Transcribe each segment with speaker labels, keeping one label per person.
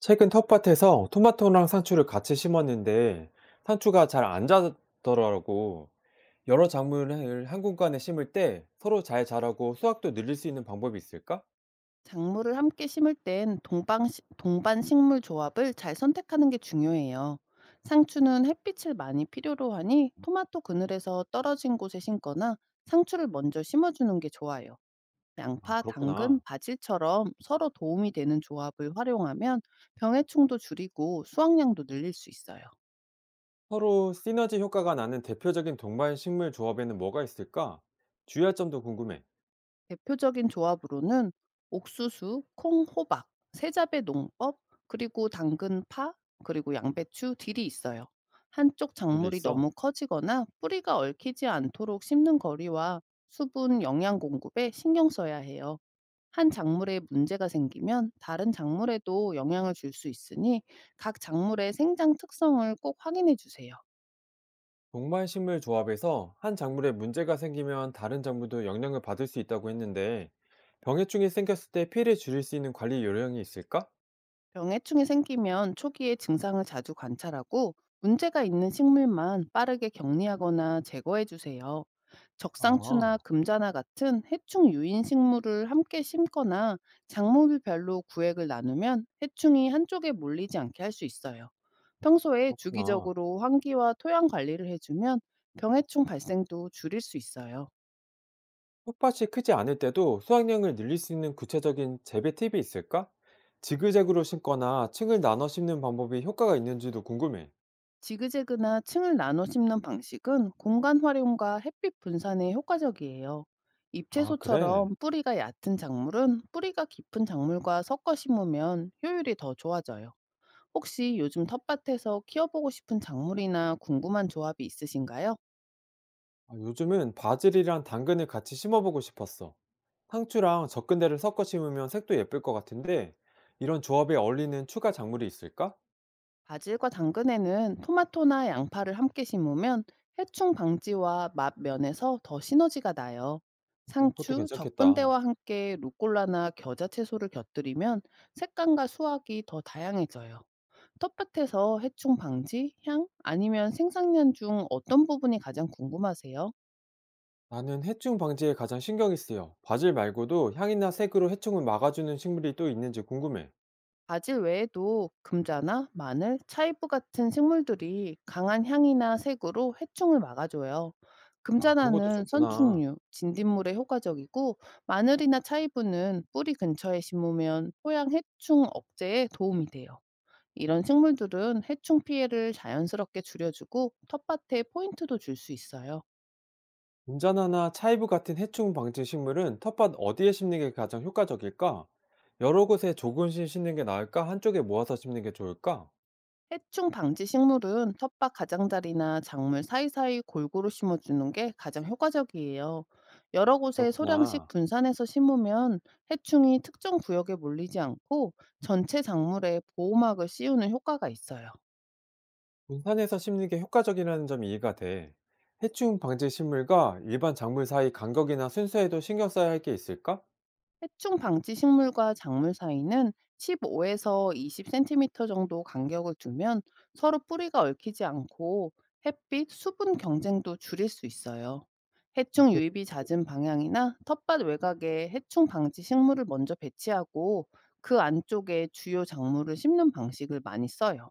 Speaker 1: 최근 텃밭에서 토마토랑 상추를 같이 심었는데 상추가 잘 안 자더라고. 여러 작물을 한 공간에 심을 때 서로 잘 자라고 수확도 늘릴 수 있는 방법이 있을까?
Speaker 2: 작물을 함께 심을 땐 동반 식물 조합을 잘 선택하는 게 중요해요. 상추는 햇빛을 많이 필요로 하니 토마토 그늘에서 떨어진 곳에 심거나 상추를 먼저 심어주는 게 좋아요.
Speaker 1: 아,
Speaker 2: 양파, 당근,
Speaker 1: 그렇구나.
Speaker 2: 바질처럼 서로 도움이 되는 조합을 활용하면 병해충도 줄이고 수확량도 늘릴 수 있어요.
Speaker 1: 서로 시너지 효과가 나는 대표적인 동반 식물 조합에는 뭐가 있을까? 주의할 점도 궁금해.
Speaker 2: 대표적인 조합으로는 옥수수, 콩, 호박, 세자배 농법, 그리고 당근, 파, 그리고 양배추, 딜이 있어요. 한쪽
Speaker 1: 그런 게
Speaker 2: 작물이
Speaker 1: 있어.
Speaker 2: 너무 커지거나 뿌리가 얽히지 않도록 심는 거리와 수분, 영양 공급에 신경 써야 해요. 한 작물에 문제가 생기면 다른 작물에도 영향을 줄 수 있으니 각 작물의 생장 특성을 꼭 확인해 주세요.
Speaker 1: 동반 식물 조합에서 한 작물에 문제가 생기면 다른 작물도 영향을 받을 수 있다고 했는데 병해충이 생겼을 때 피해를 줄일 수 있는 관리 요령이 있을까?
Speaker 2: 병해충이 생기면 초기에 증상을 자주 관찰하고 문제가 있는 식물만 빠르게 격리하거나 제거해 주세요. 적상추나
Speaker 1: 아.
Speaker 2: 금자나 같은 해충 유인 식물을 함께 심거나 작물별로 구획을 나누면 해충이 한쪽에 몰리지 않게 할 수 있어요. 평소에
Speaker 1: 그렇구나.
Speaker 2: 주기적으로 환기와 토양 관리를 해주면 병해충 발생도 줄일 수 있어요.
Speaker 1: 텃밭이 크지 않을 때도 수확량을 늘릴 수 있는 구체적인 재배 팁이 있을까? 지그재그로 심거나 층을 나눠 심는 방법이 효과가 있는지도 궁금해.
Speaker 2: 지그재그나 층을 나눠 심는 방식은 공간 활용과 햇빛 분산에 효과적이에요. 잎채
Speaker 1: 아,
Speaker 2: 소처
Speaker 1: 그래?
Speaker 2: 럼 뿌리가 얕은 작물은 뿌리가 깊은 작물과 섞어 심으면 효율이 더 좋아져요. 혹시 요즘 텃밭에서 키워보고 싶은 작물이나 궁금한 조합이 있으신가요?
Speaker 1: 아, 요즘은 바질이랑 당근을 같이 심어보고 싶었어. 상추랑 접근대를 섞어 심으면 색도 예쁠 것 같은데, 이런 조합에 어울리는 추가 작물이 있을까?
Speaker 2: 바질과 당근에는 토마토나 양파를 함께 심으면 해충 방지와 맛 면에서 더 시너지가 나요.
Speaker 1: 어, 그것도
Speaker 2: 상추,
Speaker 1: 괜찮겠다.
Speaker 2: 적근대와 함께 루꼴라나 겨자 채소를 곁들이면 색감과 수확이 더 다양해져요. 텃밭에서 해충 방지, 향, 아니면 생산량 중 어떤 부분이 가장 궁금하세요?
Speaker 1: 나는 해충 방지에 가장 신경이 쓰여. 바질 말고도 향이나 색으로 해충을 막아주는 식물이 또 있는지 궁금해.
Speaker 2: 바질 외에도 금자나 마늘, 차이브 같은 식물들이 강한 향이나 색으로 해충을 막아줘요.
Speaker 1: 아, 그런 것도
Speaker 2: 금자나는
Speaker 1: 좋구나.
Speaker 2: 선충류, 진딧물에 효과적이고 마늘이나 차이브는 뿌리 근처에 심으면 토양 해충 억제에 도움이 돼요. 이런 식물들은 해충 피해를 자연스럽게 줄여주고 텃밭에 포인트도 줄 수 있어요.
Speaker 1: 운자나나 차이브 같은 해충 방지 식물은 텃밭 어디에 심는 게 가장 효과적일까? 여러 곳에 조금씩 심는 게 나을까? 한쪽에 모아서 심는 게 좋을까?
Speaker 2: 해충 방지 식물은 텃밭 가장자리나 작물 사이사이 골고루 심어주는 게 가장 효과적이에요. 여러 곳에 소량씩
Speaker 1: 그렇구나.
Speaker 2: 분산해서 심으면 해충이 특정 구역에 몰리지 않고 전체 작물에 보호막을 씌우는 효과가 있어요.
Speaker 1: 분산해서 심는 게 효과적이라는 점이 이해가 돼. 해충 방지 식물과 일반 작물 사이 간격이나 순서에도 신경 써야 할 게 있을까?
Speaker 2: 해충 방지 식물과 작물 사이는 15에서 20cm 정도 간격을 두면 서로 뿌리가 얽히지 않고 햇빛, 수분 경쟁도 줄일 수 있어요. 해충 유입이 잦은 방향이나 텃밭 외곽에 해충 방지 식물을 먼저 배치하고 그 안쪽에 주요 작물을 심는 방식을 많이 써요.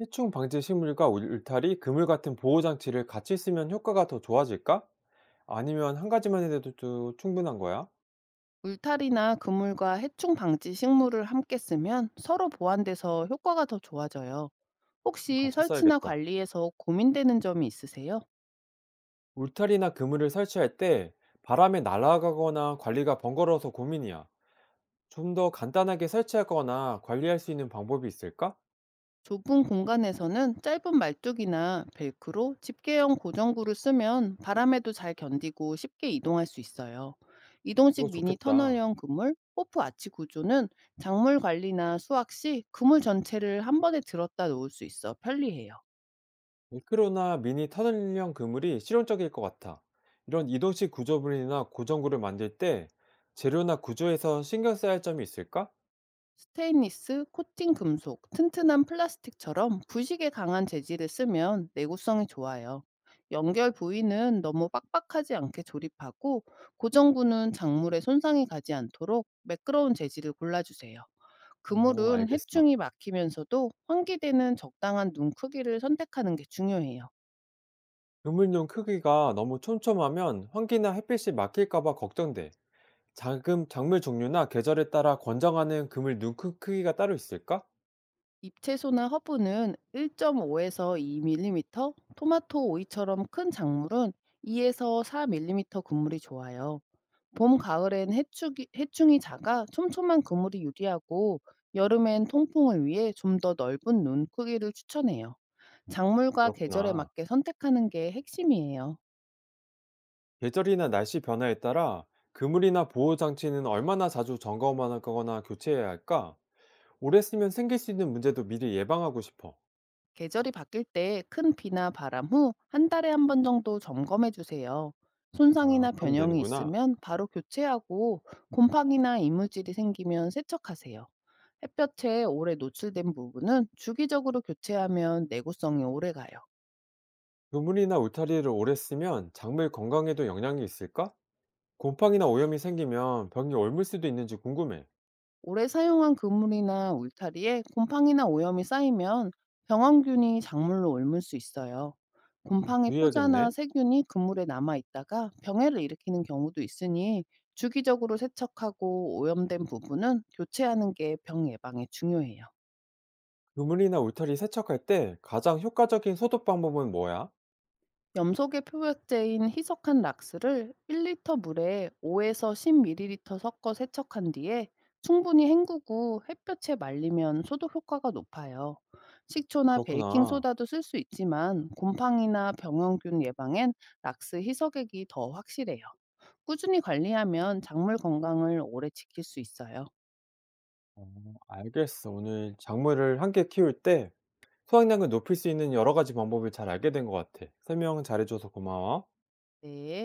Speaker 1: 해충 방지 식물과 울타리, 그물 같은 보호 장치를 같이 쓰면 효과가 더 좋아질까? 아니면 한 가지만 해도 또 충분한 거야?
Speaker 2: 울타리나 그물과 해충 방지 식물을 함께 쓰면 서로 보완돼서 효과가 더 좋아져요. 혹시
Speaker 1: 같이
Speaker 2: 설치나
Speaker 1: 써야겠다.
Speaker 2: 관리에서 고민되는 점이 있으세요?
Speaker 1: 울타리나 그물을 설치할 때 바람에 날아가거나 관리가 번거로워서 고민이야. 좀 더 간단하게 설치하거나 관리할 수 있는 방법이 있을까?
Speaker 2: 좁은 공간에서는 짧은 말뚝이나 벨크로 집게형 고정구를 쓰면 바람에도 잘 견디고 쉽게 이동할 수 있어요.
Speaker 1: 그거
Speaker 2: 이동식 미니
Speaker 1: 좋겠다.
Speaker 2: 터널형 그물, 호프 아치 구조는 작물 관리나 수확 시 그물 전체를 한 번에 들었다 놓을 수 있어 편리해요.
Speaker 1: 미크로나 미니 터널형 그물이 실용적일 것 같아. 이런 이동식 구조물이나 고정구를 만들 때 재료나 구조에서 신경 써야 할 점이 있을까?
Speaker 2: 스테인리스, 코팅 금속, 튼튼한 플라스틱처럼 부식에 강한 재질을 쓰면 내구성이 좋아요. 연결 부위는 너무 빡빡하지 않게 조립하고 고정구는 작물에 손상이 가지 않도록 매끄러운 재질을 골라주세요.
Speaker 1: 어,
Speaker 2: 그물은
Speaker 1: 알겠어.
Speaker 2: 해충이 막히면서도 환기되는 적당한 눈 크기를 선택하는 게 중요해요.
Speaker 1: 그물용 크기가 너무 촘촘하면 환기나 햇빛이 막힐까 봐 걱정돼. 작은 작물 종류나 계절에 따라 권장하는 그물 눈 크기가 따로 있을까?
Speaker 2: 잎채소나 허브는 1.5에서 2mm, 토마토 오이처럼 큰 작물은 2에서 4mm 그물이 좋아요. 봄, 가을엔 해이 해충이 작아 촘촘한 그물이 유리하고 여름엔 통풍을 위해 좀 더 넓은 눈 크기를 추천해요. 작물과 계절에
Speaker 1: 그렇구나.
Speaker 2: 맞게 선택하는 게 핵심이에요.
Speaker 1: 계절이나 날씨 변화에 따라 그물이나 보호 장치는 얼마나 자주 점검하거나 교체해야 할까? 오래 쓰면 생길 수 있는 문제도 미리 예방하고 싶어.
Speaker 2: 계절이 바뀔 때 큰 비나 바람 후 한 달에 한 번 정도 점검해 주세요.
Speaker 1: 아,
Speaker 2: 손상이나
Speaker 1: 그러면
Speaker 2: 변형이
Speaker 1: 되는구나.
Speaker 2: 있으면 바로 교체하고 곰팡이나 이물질이 생기면 세척하세요. 햇볕에 오래 노출된 부분은 주기적으로 교체하면 내구성이 오래 가요.
Speaker 1: 그물이나 울타리를 오래 쓰면 작물 건강에도 영향이 있을까? 곰팡이나 오염이 생기면 병이 옮을 수도 있는지 궁금해.
Speaker 2: 오래 사용한 그물이나 울타리에 곰팡이나 오염이 쌓이면 병원균이 작물로 옮을 수 있어요.
Speaker 1: 아,
Speaker 2: 곰팡이 포자나
Speaker 1: 주의해야겠네.
Speaker 2: 세균이 그물에 남아 있다가 병해를 일으키는 경우도 있으니 주기적으로 세척하고 오염된 부분은 교체하는 게 병 예방에 중요해요.
Speaker 1: 그물이나 울타리 세척할 때 가장 효과적인 소독 방법은 뭐야?
Speaker 2: 염소계 표백제인 희석한 락스를 1리터 물에 5에서 10ml 섞어 세척한 뒤에 충분히 헹구고 햇볕에 말리면 소독 효과가 높아요. 식초나 베이킹
Speaker 1: 그렇구나.
Speaker 2: 소다도 쓸 수 있지만 곰팡이나 병원균 예방엔 락스 희석액이 더 확실해요. 꾸준히 관리하면 작물 건강을 오래 지킬 수 있어요.
Speaker 1: 어, 알겠어. 오늘 작물을 함께 키울 때 수확량을 높일 수 있는 여러 가지 방법을 잘 알게 된 것 같아. 설명 잘해줘서 고마워.
Speaker 2: 네.